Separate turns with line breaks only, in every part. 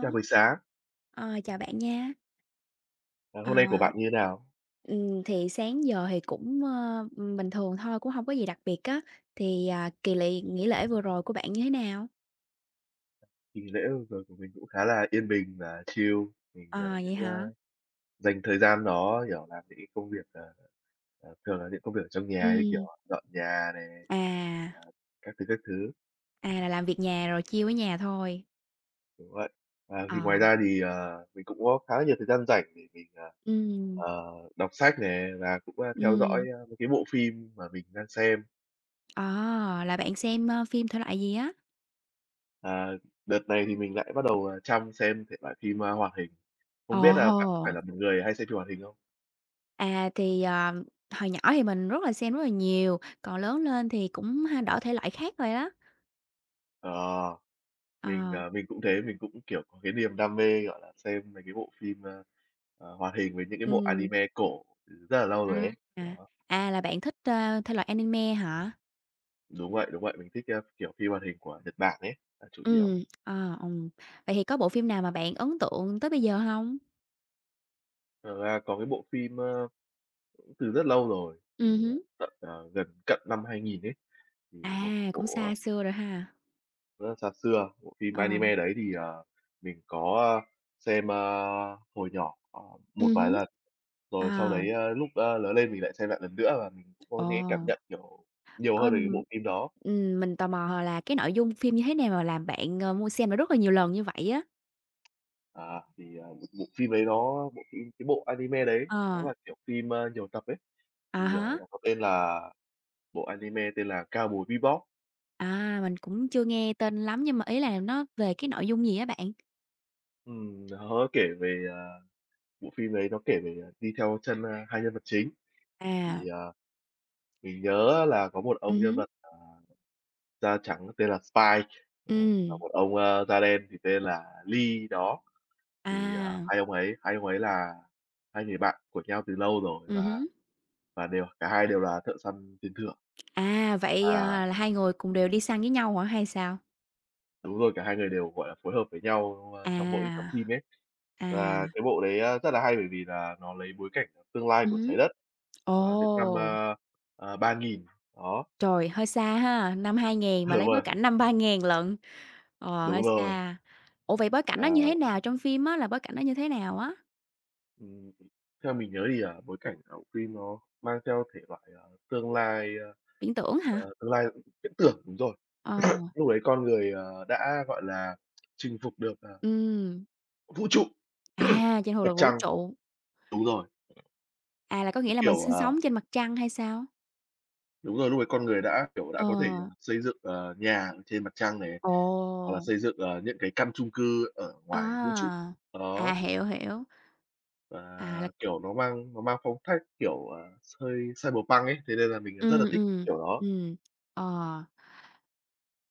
Chào buổi sáng,
Chào bạn nha. Ờ,
hôm nay của bạn như thế nào?
thì sáng giờ thì cũng, bình thường thôi, cũng không có gì đặc biệt á. Thì, kỳ lị nghỉ lễ vừa rồi của bạn như thế nào?
Kỳ nghỉ lễ vừa rồi của mình cũng khá là yên bình và chill. Mình,
Ờ, vậy
cũng,
hả?
dành thời gian đó, kiểu, làm những cái công việc, thường là những công việc ở trong nhà như kiểu
Ừm,
dọn nhà này,
à,
à, các thứ,
là làm việc nhà rồi chiêu ở nhà thôi.
kiểu vậy. À, thì ngoài
Ờ,
ra thì, mình cũng có khá là nhiều thời gian rảnh để mình,
ừm,
đọc sách này và cũng, theo dõi,
ừm,
mấy cái bộ phim mà mình đang xem.
ờ, là bạn xem, phim thể loại gì á?
À, đợt này thì mình lại bắt đầu, chăm xem thể loại phim, hoạt hình. Không biết là bạn có phải
Ồ!
là một người hay xem phim hoạt hình không?
À, thì, ờ, Hồi nhỏ thì mình rất là xem rất là nhiều, còn lớn lên thì cũng ha đổi thể loại khác rồi đó.
Ờ, mình,
Ờ,
mình cũng thế, mình cũng, kiểu, có cái niềm đam mê, gọi là, xem mấy cái bộ phim, hoạt hình với những cái bộ
ừm.
anime cổ rất là lâu
À,
rồi ấy.
à,
Đó,
là bạn thích, thể loại anime hả?
đúng vậy, mình thích, kiểu, phim hoạt hình của Nhật Bản ấy là chủ yếu.
Ừm. Vậy thì có bộ phim nào mà bạn ấn tượng tới bây giờ không?
Thật ra có cái bộ phim, cũng từ rất lâu rồi, từ,
Hứm.
tận, gần cận năm 2000 ấy, thì một
Cũng
bộ,
xa xưa rồi ha.
rất là xa xưa. Bộ phim
Ờ.
anime đấy thì, mình có, xem, hồi nhỏ, một vài
Hứm.
lần. Rồi sau
À,
đấy, lúc, lớn lên mình lại xem lại lần nữa và mình cũng có
ồ,
những cái cảm nhận, kiểu, nhiều hơn về cái bộ
ờm,
phim đó.
mình tò mò là cái nội dung phim như thế nào mà làm bạn, mua xem lại rất là nhiều lần như vậy á?
À, thì, bộ bộ phim đấy nó bộ phim cái bộ anime đấy, nó
Ờ,
là, kiểu, phim, nhiều tập ấy,
à
thì,
hả
nó có tên là bộ anime tên là Cowboy Bebop.
mình cũng chưa nghe tên lắm nhưng mà ý là nó về cái nội dung gì á bạn?
Nó kể về, à bộ phim đấy nó kể về, đi theo chân, hai nhân vật chính.
À,
Thì, mình nhớ là có một
ừm
ông nhân
hứm,
vật, da trắng tên là Spike, ờ, và
ừm,
một ông, da đen thì tên là Lee đó. Thì,
à.
hai ông ấy là hai người bạn của nhau từ lâu rồi và
Hứm.
và đều cả hai đều là thợ săn tiền thưởng.
Vậy,
À,
là hai người cùng đều đi
ừm,
săn với nhau hả hay sao?
đúng rồi, cả hai người đều, gọi là, phối hợp với nhau, trong mỗi trong
À.
phim ấy.
À.
Và cái bộ đấy, rất là hay bởi vì là nó lấy bối cảnh tương lai của
Hứm.
Trái Đất, những năm,
Ồ,
3000, đó.
trời, hơi xa ha, năm 2000 mà
Đúng
lấy bối
rồi,
cảnh năm 3000 lận, hơi
đúng rồi.
xa. Ủa, vậy bối cảnh nó như
À,
thế nào? Trong phim á là bối cảnh nó như thế nào á?
ừm, theo mình nhớ thì, bối cảnh ở bộ phim nó mang theo thể loại, tương lai,
Viễn tưởng hả?
tương lai viễn tưởng, đúng rồi.
Ờ,
Lúc đấy con người, đã, gọi là, chinh phục được,
ừm,
vũ trụ,
Trên hồ
mặt
đồ vũ
trăng
trụ,
đúng rồi,
là có nghĩa
cái
là mình
kiểu,
sinh sống trên mặt trăng hay sao?
đúng rồi, lúc ấy con người đã, kiểu,
Ờ,
đã có thể, xây dựng, nhà ở trên mặt trăng này,
ồ,
hoặc là xây dựng, những cái căn chung cư ở ngoài vũ trụ.
à, À,
Đó,
hiểu, hiểu.
và,
À, là
kiểu, nó mang phong cách, kiểu, hơi cyberpunk ấy, thế nên là mình, rất là
Ừm,
thích
ừm,
kiểu đó.
ừm. Ờ,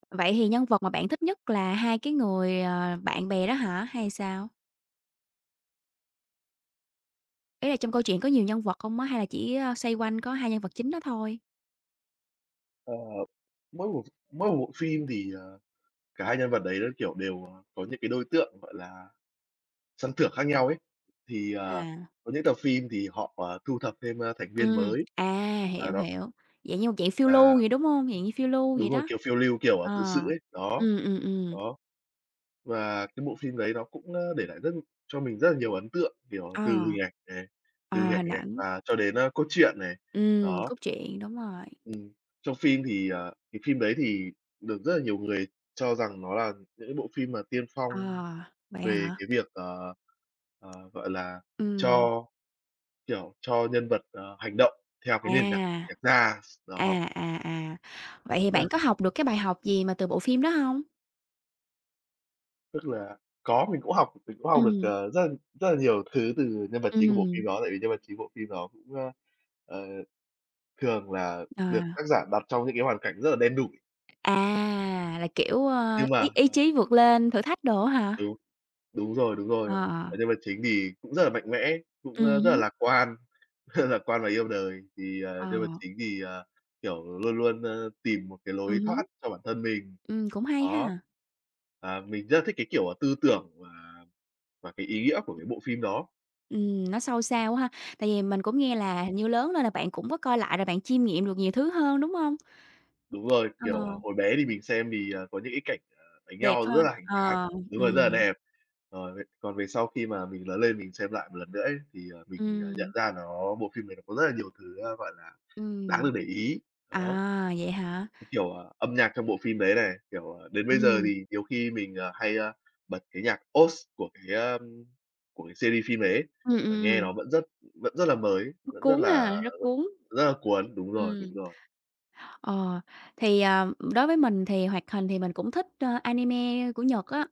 vậy thì nhân vật mà bạn thích nhất là hai cái người, bạn bè đó hả, hay sao? Ý là trong câu chuyện có nhiều nhân vật không á, hay là chỉ, xoay quanh có hai nhân vật chính đó thôi?
Ờ, mỗi một mỗi một bộ phim thì, cả hai nhân vật đấy nó, kiểu, đều, có những cái đối tượng, gọi là sân thưởng khác nhau ấy, thì,
À.
có những tập phim thì họ, thu thập thêm, thành viên mới, và
Hiểu,
đó
hiểu, dạng như một dạng phiêu lưu
và
vậy, đúng hông? Dạng như phiêu lưu vậy
đúng rồi,
đó.
kiểu, phiêu lưu, kiểu, tự
Ờ,
sự ấy, đó,
ừm, ừm, ừm,
đó. Và cái bộ phim đấy nó cũng, để lại rất cho mình rất là nhiều ấn tượng, kiểu,
ờ,
từ hình ảnh này, từ hình
ờ,
ảnh
Hình
này
ảnh,
và cho đến, cốt truyện này, đó.
cốt truyện, đúng rồi.
Ừm, trong phim thì, cái phim đấy thì được rất là nhiều người cho rằng nó là những cái bộ phim mà tiên
Ờ,
phong
vậy
về
hả?
cái việc, gọi là,
Ừm,
cho kiểu, cho nhân vật, hành động theo cái nền nhạc
à.
nhạc ra. Đó,
À, à, à. Vậy thì
tức
bạn có
là
học được cái bài học gì mà từ bộ phim đó hông?
tức là có mình cũng học được,
Ừm,
rất là nhiều thứ từ nhân vật chính của bộ
ừm,
phim đó, tại vì nhân vật chính bộ phim đó cũng, ờ, thường là được
à,
tác giả đặt trong những cái hoàn cảnh rất là đen đủi,
là, kiểu,
nhưng
ý
mà
ý chí vượt lên thử thách đồ á
ừ.
hả?
Đúng rồi, đúng rồi.
Ờ, ờ,
Và nhân vật chính thì cũng rất là mạnh mẽ, cũng,
ừm
rất là
hứm,
lạc quan, rất là lạc quan và yêu đời. Thì,
ờ,
nhân vật chính thì, kiểu, luôn luôn, tìm một cái
ừm
lối thoát
hứm,
cho bản thân mình.
Cũng hay
Đó.
ha.
Và mình rất là thích cái kiểu, tư tưởng và cái ý nghĩa của cái bộ phim đó.
Nó sâu xa quá ha, tại vì mình cũng nghe là hình như lớn lên là bạn cũng có coi lại rồi bạn chiêm nghiệm được nhiều thứ hơn, đúng hông?
Đúng rồi,
Ờ,
kiểu, à, hồi bé thì mình xem thì, có những cái cảnh, đánh
Đẹp
nhau
ha,
rất là hoành tráng
ờ,
đúng rồi, rất là
ừm,
đẹp. Rồi về còn về sau khi mà mình lớn lên mình xem lại một lần nữa ấy, thì, mình, nhận
ừm,
ra nó bộ phim này nó có rất là nhiều thứ, gọi là, đáng
ừm.
được để ý. Đó,
À, vậy hả?
như kiểu, âm nhạc trong bộ phim đấy này, kiểu, đến bây giờ
Ừm,
thì nhiều khi mình, hay, bật cái nhạc OST của cái, của cái series phim đấy ấy,
ừm,
nghe
ừm.
nó vẫn rất là mới,
Rất
vẫn rất
cuốn
là
ha, rất cuốn.
rất là cuốn. Đúng rồi, đúng
Ừm,
rồi.
ờ, thì, đối với mình thì hoạt hình thì mình cũng thích, anime của Nhật á,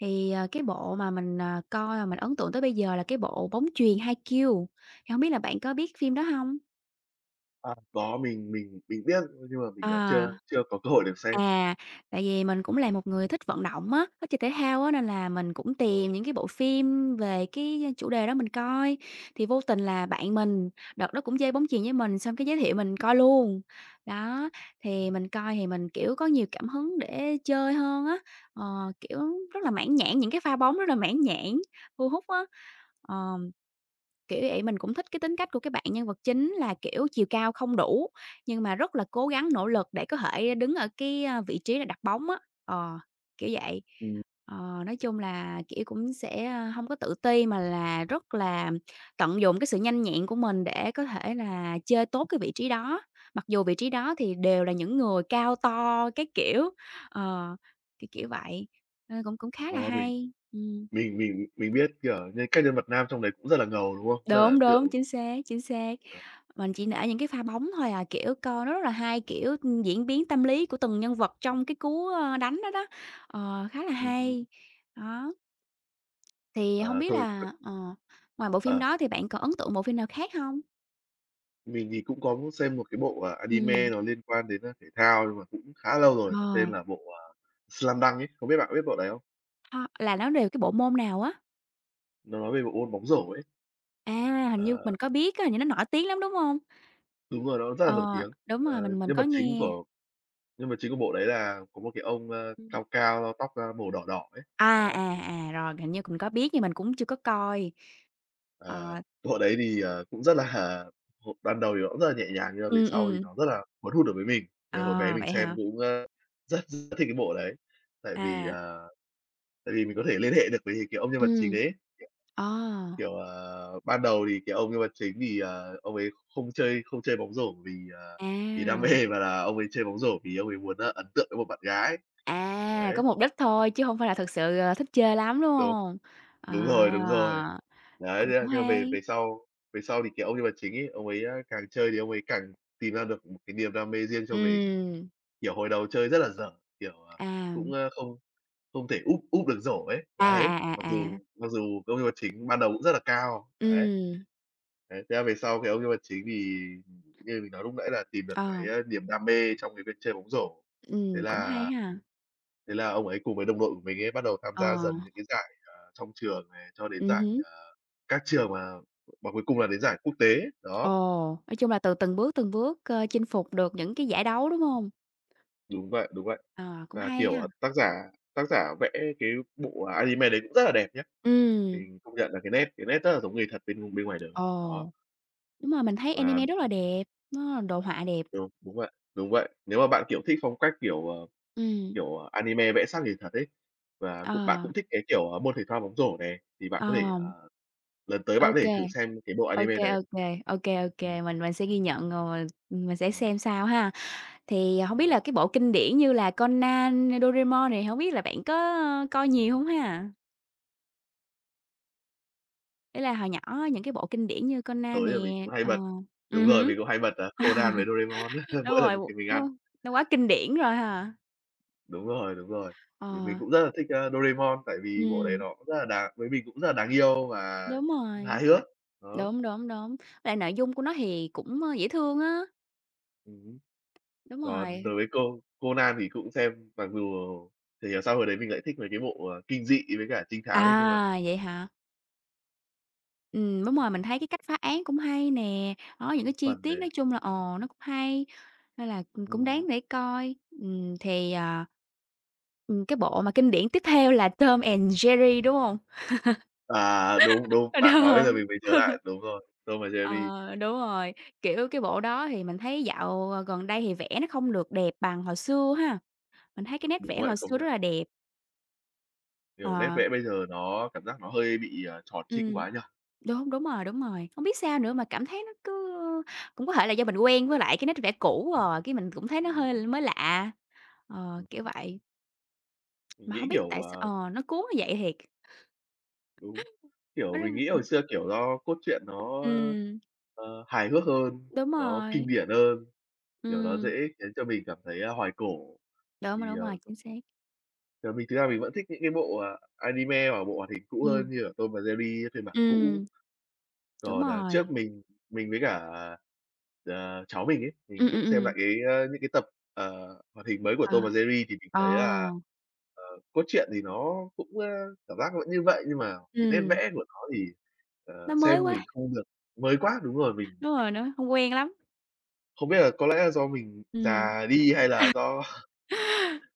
thì, cái bộ mà mình, coi mà mình ấn tượng tới bây giờ là cái bộ Bóng chuyền Haikyuu, thì không biết là bạn có biết phim đó không?
À, có, mình biết, nhưng mà mình, chưa
À.
chưa có cơ hội được xem.
À, tại vì mình cũng là một người thích vận động á, thích chơi thể thao á, nên là mình cũng
Ờ.
tìm những cái bộ phim về cái chủ đề đó mình coi. Thì vô tình là bạn mình, đợt đó cũng chơi bóng chuyền với mình, xong cái giới thiệu mình coi luôn. Đó, thì mình coi thì mình, kiểu, có nhiều cảm hứng để chơi hơn á, kiểu, rất là mãn nhãn, những cái pha bóng rất là mãn nhãn, thu hút á, ờ. Kiểu vậy, mình cũng thích cái tính cách của cái bạn nhân vật chính là, kiểu, chiều cao không đủ, nhưng mà rất là cố gắng nỗ lực để có thể đứng ở cái, vị trí là đặt bóng á, ờ, kiểu vậy.
Ừm,
Nói chung là, kiểu, cũng sẽ, hông có tự ti mà là rất là tận dụng cái sự nhanh nhẹn của mình để có thể là chơi tốt cái vị trí đó, mặc dù vị trí đó thì đều là những người cao to cái kiểu, ờ, kiểu, kiểu vậy, nên cũng cũng khá là
rồi mình
hay. Ừm.
mình mình mình biết, kiểu như, các nhân vật nam trong đấy cũng rất là ngầu, đúng không? Rất là
Đúng,
ấn
đúng,
tượng.
chính xác, chính xác.
Ờ.
Mình chỉ nể những cái pha bóng thôi à, kiểu, coi nó rất là hay, kiểu, diễn biến tâm lý của từng nhân vật trong cái cú, đánh đó đó, khá là
Hứm.
hay. Đó, thì hông
À,
biết
thôi thôi
là, ngoài bộ phim
ờ,
đó thì bạn còn ấn tượng bộ phim nào khác hông?
mình thì cũng có xem một cái bộ, anime
Ừm.
nó liên quan đến, thể thao nhưng mà cũng khá lâu rồi, nó tên
Ờ,
là bộ, Slam Dunk ấy, không biết bạn có biết bộ đấy không?
Ho là nó đều cái bộ môn nào á?
Nó nói về bộ môn bóng rổ ấy.
À, hình
Ờ,
như mình có biết á, hình như nó nổi tiếng lắm, đúng hông?
đúng rồi, nó rất là nổi
Ờ,
tiếng.
đúng
Ờ,
rồi, mình
nhân
có
vật chính
nghe.
của nhân vật chính của bộ đấy là có một cái ông,
Ừm.
cao cao, tóc, màu đỏ đỏ ấy,
À,
đó.
à, à, rồi, hình như mình có biết nhưng mình cũng chưa có coi. Ờ,
Ờ, bộ đấy thì, cũng rất là hồi ban đầu thì nó cũng rất là nhẹ nhàng nhưng mà về
ừm,
sau thì
ừm.
nó rất là cuốn hút đối với mình. Thì hồi bé
Ờ,
mình
vậy
xem
hả?
cũng, rất rất thích cái bộ đấy, tại vì,
À.
tại vì mình có thể liên hệ được với cái ông nhân vật chính
Ừm.
ấy.
Ờ.
Kiểu, ban đầu thì cái ông nhân vật chính thì, ông ấy không chơi bóng rổ vì, vì đam
À,
mê mà là ông ấy chơi bóng rổ vì ông ấy muốn, ấn tượng với một bạn gái.
à,
Đấy,
có mục đích thôi chứ hông phải là thực sự, thích chơi lắm, đúng
đúng
hông?
Đúng rồi, đúng rồi.
À,
Đấy,
cũng
thế
cũng
là thế là về
hay.
về sau thì cái ông nhân vật chính ấy, ông ấy, càng chơi thì ông ấy càng tìm ra được một cái niềm đam mê riêng cho mình.
Ừm,
Kiểu, hồi đầu chơi rất là dở, kiểu,
à,
cũng, không không thể úp úp được rổ ấy,
à,
đấy,
à,
mặc
à, à,
dù mặc dù ông nhân vật chính ban đầu cũng rất là cao, đấy.
ừm,
Đấy, thế là về sau cái ông nhân vật chính thì như mình nói lúc nãy là tìm được cái,
ờ,
niềm đam mê trong cái việc chơi bóng rổ. Thế
Cũng hay
là
ha.
Thế là ông ấy cùng với đồng đội của mình ấy bắt đầu tham gia
Ờ,
dần những cái giải, trong trường này, cho đến
ừm
giải,
hứm,
các trường mà cuối cùng là đến giải quốc tế. Đó,
Ồ, nói chung là từ từng bước, chinh phục được những cái giải đấu, đúng hông?
đúng vậy, đúng vậy.
Ờ, cũng
Và,
hay
kiểu,
ha.
à, tác giả vẽ cái bộ anime đấy cũng rất là đẹp nhá.
Ừm,
Mình công nhận là cái nét rất là giống người thật bên bên ngoài đời. Đó,
Ồ, đúng rồi, mình thấy
và
anime rất là đẹp, nó đồ họa đẹp,
đúng, đúng vậy, đúng vậy. Nếu mà bạn, kiểu, thích phong cách, kiểu, ờ,
ừm,
kiểu, ờ, anime vẽ sát người thật ấy, và cũng bạn
ờ.
cũng thích cái, kiểu, môn thể thao bóng rổ này, thì bạn
Ờ,
có thể, lần tới bạn
ok
có thể thử xem cái bộ
ok
anime đấy.
ok ok
Ừ.
ô mình sẽ ghi nhận rồi mình sẽ
Ừm,
xem sao ha. Thì hổng biết
đó,
là cái bộ kinh điển như là Conan, Doraemon này, hổng biết là bạn có, coi nhiều hông ha? Ý là hồi nhỏ á, những cái bộ kinh điển như Conan
tối
nè,
là mình cũng hay
ờ,
bật đúng rồi,
hứm.
mình cũng hay bật, Conan với Doraemon
Đúng
mỗi lần
rồi,
khi mình
nó
ăn.
nó quá kinh điển rồi ha.
Đúng rồi, đúng rồi. Thì mình
Ờ,
cũng rất là thích, Doraemon tại vì bộ đấy
ừm,
nó cũng rất là đáng với mình cũng rất là đáng yêu và
Đúng rồi,
hài hước. Đó,
đúng, đúng, đúng, với lại nội dung của nó thì cũng, dễ thương á,
hứm.
đúng
Còn
rồi.
đối với cô Conan thì cũng xem, mặc dù chả hiểu sao hồi đấy mình lại thích mấy cái bộ, kinh dị với cả trinh thám ấy, nhưng mà
À, vậy hả? Đúng rồi, mình thấy cái cách phá án cũng hay nè, đó,
có
những cái
một
chi
phần
tiết nói
nà
chung là, nó cũng hay, nên là, cũng
ừm,
đáng để coi. Ừm, thì, ờ, cái bộ mà kinh điển tiếp theo là Tom and Jerry, đúng hông?
đúng, đúng,
Ờ,
bạn nói bây
đó.
giờ mình mới nhớ lại, đúng rồi, Tom và Jerry.
Ờ, Đúng rồi, kiểu, cái bộ đó thì mình thấy dạo, gần đây thì vẽ nó không được đẹp bằng hồi xưa ha, mình thấy cái nét
Đúng
vẽ
vậy,
hồi
không.
xưa rất là đẹp.
Kiểu, nét
Ờ,
vẽ bây giờ nó cảm giác nó hơi bị, tròn trĩnh
ừm,
quá nhỉ?
Đúng, đúng rồi, hông biết sao nữa mà cảm thấy nó cứ cũng có thể là do mình quen với lại cái nét vẽ cũ rồi, cái mình cũng thấy nó
Ừm,
hơi mới lạ. Ờ, kiểu vậy,
mình
mà
nghĩ,
hông biết
kiểu,
tại sao nó cuốn như vậy thiệt.
đúng,
Nó
kiểu,
rất
mình nghĩ hồi xưa, kiểu, do cốt truyện nó,
ừm,
hài hước hơn,
đúng
nó kinh
rồi,
điển hơn, kiểu, nó dễ
ừm,
khiến cho mình cảm thấy, hoài cổ.
đúng rồi,
Thì,
đúng rồi,
ờ,
chính xác.
ờ, mình thực ra mình vẫn thích những cái bộ, anime hoặc bộ hoạt hình cũ hơn
Ừm,
như là Tom và Jerry phiên bản cũ.
ừm, đúng
Còn nà trước
rồi.
mình với cả, cháu mình ấy, mình
Ừm, ừm,
cũng xem
ừm,
lại cái, những cái tập, ờ, hoạt hình mới của
ờ,
Tom và Jerry thì mình
ờ,
thấy là, ờ, cốt truyện thì nó cũng, cảm giác vẫn như vậy, nhưng mà cái nét
ừm,
vẽ của nó thì,
nó mới
xem
quá,
mình không được mới quá. Đúng rồi, mình
đúng rồi, nó hông quen lắm,
không biết là có lẽ là do mình
ừm.
già đi hay là do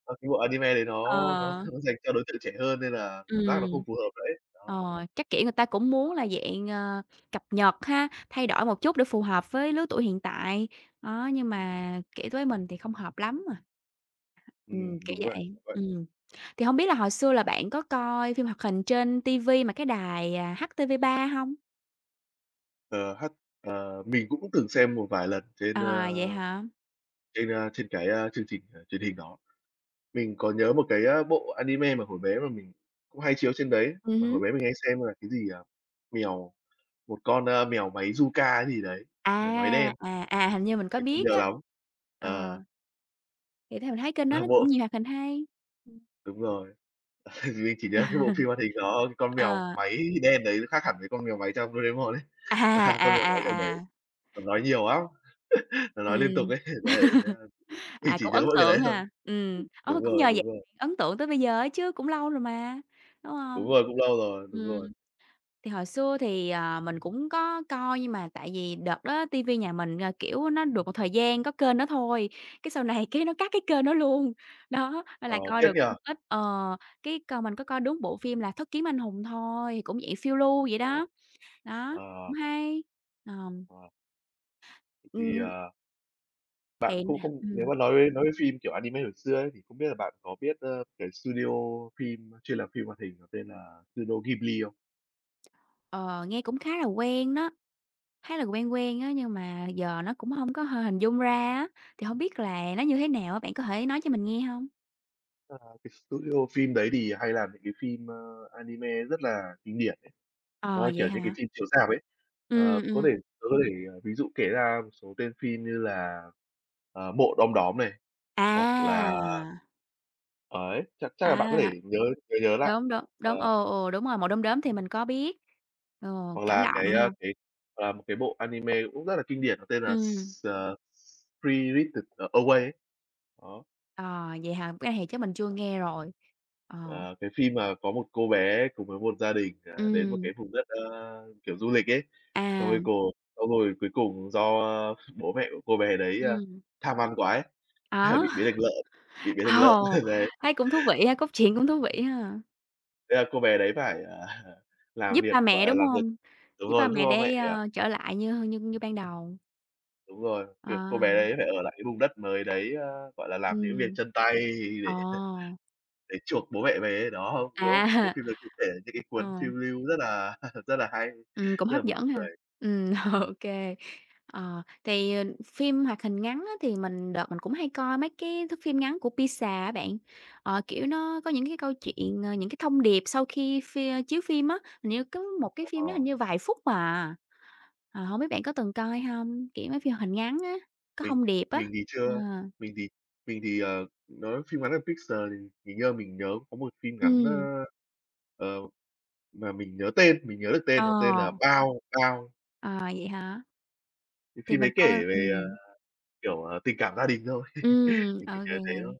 do cái bộ anime đấy nó
Ờ,
nó dành cho đối tượng trẻ hơn nên là cảm
ừm,
giác nó không phù hợp đấy ấy. Đó,
Chắc, kiểu, người ta cũng muốn là dạng, cập nhật ha, thay đổi một chút để phù hợp với lứa tuổi hiện tại, đó, nhưng mà, kiểu, với mình thì không hợp lắm à. Kiểu
đúng vậy,
vậy.
đúng vậy.
Ừm. Thì hông biết là hồi xưa là bạn có coi phim hoạt hình trên ti vi mà cái đài, HTV3 hông?
Ờ, hát mình cũng từng xem một vài lần trên,
À, vậy hả?
trên, trên cái, chương trình, truyền hình đó, mình có nhớ một cái, bộ anime mà hồi bé mà mình cũng hay chiếu trên đấy, mà hồi
Hứm.
bé mình hay xem là cái gì, mèo một con, mèo máy Zuka hay gì đấy, mèo máy đen,
À, à, à, hình như mình có
mình không
biết
nhớ
á.
lắm.
Ờ,
Ờ,
thì mình thấy kênh đó
ờ,
nó cũng
bộ
nhiều hoạt hình hay. Ừm.
đúng rồi, mình chỉ nhớ cái bộ phim hoạt hình đó, cái con mèo
Ờ.
máy đen đấy nó khác hẳn với con mèo máy trong Doraemon ấy,
À, à,
là con mèo máy trong đấy
à, à.
nó nói nhiều lắm, nó nói liên tục
Ừm.
ấy, đấy, đấy là mình
À,
chỉ
cũng
nhớ
ấn
mỗi cái đấy
tượng
thôi.
ha.
Đúng
Cũng nhờ
rồi,
vậy
đúng rồi,
ấn tượng tới bây giờ ấy chứ, cũng lâu rồi mà, đúng
đúng
hông?
rồi, cũng lâu rồi, đúng
Ừm.
rồi.
Thì hồi xưa thì, mình cũng có coi, nhưng mà tại vì đợt đó tivi nhà mình, kiểu, nó được một thời gian có kênh đó thôi, cái sau này cái nó cắt cái kênh đó luôn. Đó, nên
Ờ,
là coi
tiếc
được
nhỉ?
cũng ít. Ờ, cái còn mình có coi đúng bộ phim là Thất Kiếm Anh Hùng thôi, cũng dạng phiêu lưu vậy
Ờ.
đó, đó, cũng
Ờ,
hay. Ờm,
ờ, thì,
ừm,
ờ, bạn
thì
không không nếu
ừm,
mà nói về nói với phim, kiểu, anime hồi xưa ấy, thì không biết là bạn có biết, cái studio phim chuyên làm phim hoạt hình nó tên là Studio Ghibli không?
ờ, Nghe cũng khá là quen đó, khá là quen quen á, nhưng mà giờ nó cũng không có hình dung ra á, thì không biết là nó như thế nào á, bạn có thể nói cho mình nghe không.
Ờ, cái studio phim đấy thì hay làm những cái phim, anime rất là kinh điển ấy,
Ờ,
nó là,
vậy
kiểu, những cái
hả?
phim chiếu rạp ấy. Ờ,
Ừm,
có thể
ừm.
tớ có thể, ví dụ kể ra một số tên phim như là, Mộ Đom Đóm này, hoặc là
À,
ấy, chắc chắc là bạn có
à,
thể nhớ nhớ nhớ lại.
đúng, đúng,
Ờ.
đúng, ừ, ừ, đúng rồi, Màu Đom Đóm thì mình có biết. Ờ,
Hoặc
cảm
là
động
cái,
ha.
cái, một cái bộ anime cũng rất là kinh điển, nó tên là
Ừm,
S Spirited Away ấy. Đó,
ờ, Vậy hả? Cái này chắc mình chưa nghe rồi. Ờ,
ờ, cái phim mà có một cô bé cùng với một gia đình, đến một
ừm,
cái vùng đất, kiểu, du lịch ấy, xong
à,
rồi cô xong rồi cuối cùng do bố mẹ của cô bé đấy,
ừm,
tham ăn quá ấy, thế là
Đó,
bị biến thành lợn, bị biến thành lợn.
ồ,
Đấy,
thấy cũng thú vị ha, cốt truyện cũng thú vị ha.
thế là cô bé đấy phải, làm
Giúp
việc,
ba
gọi
mẹ,
là,
đúng
làm việc
hông?
đúng
Giúp ba
rồi, giúp
mẹ
bố mẹ.
để, trở lại như như như ban đầu.
Đúng rồi, kiểu, cô
À,
bé đấy phải ở lại cái vùng đất mới đấy, gọi là, làm những việc
ừm,
chân tay để
ồ,
để chuộc bố mẹ về ấy, đó, đúng
à.
không? Bộ phim đấy cũng kể những cái cuốn phiêu
Ờ.
lưu rất là rất là hay,
Cũng
rất là
hấp
buồn
dẫn ha.
cười.
Ừm,
Ừm,
ô Phim hoạt hình ngắn á thì mình đợt mình cũng hay coi mấy cái thước phim ngắn của Pixar á bạn. Ờ, kiểu, nó có những cái câu chuyện, những cái thông điệp sau khi chiếu phim á, hình như có một cái phim
ờ,
đó hình như vài phút mà. Ờ, hổng biết bạn có từng coi không. Kiểu, mấy phim hoạt hình ngắn á, có
mình
thông điệp á.
thì
Ờ,
chưa mình thì mình thì, nói phim ngắn của Pixar thì hình như là mình nhớ có một phim ngắn,
ừm,
ờ, mà mình nhớ tên, mình nhớ được
ờ,
tên, nó tên là Bao, Bao,
ờ, vậy hả?
cái
Thì
phim
mình
ấy
coi
kể về, kiểu, tình cảm gia đình thôi, mình
ô.
chỉ nhớ thế thôi.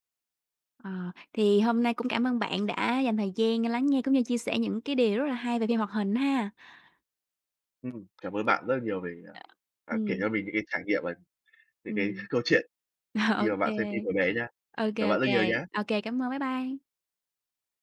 Ờ, thì hôm nay cũng cảm ơn bạn đã dành thời gian lắng nghe cũng như chia sẻ những cái điều rất là hay về phim hoạt hình ha.
Cảm ơn bạn rất là nhiều vì, đã kể
Ừm,
cho mình những cái trải nghiệm và những cái
ừm,
câu chuyện khi mà
ok
bạn xem phim hồi bé nha.
ok
Cảm ơn bạn rất nhiều nhá.
Ô kê, cảm ơn, bye bye.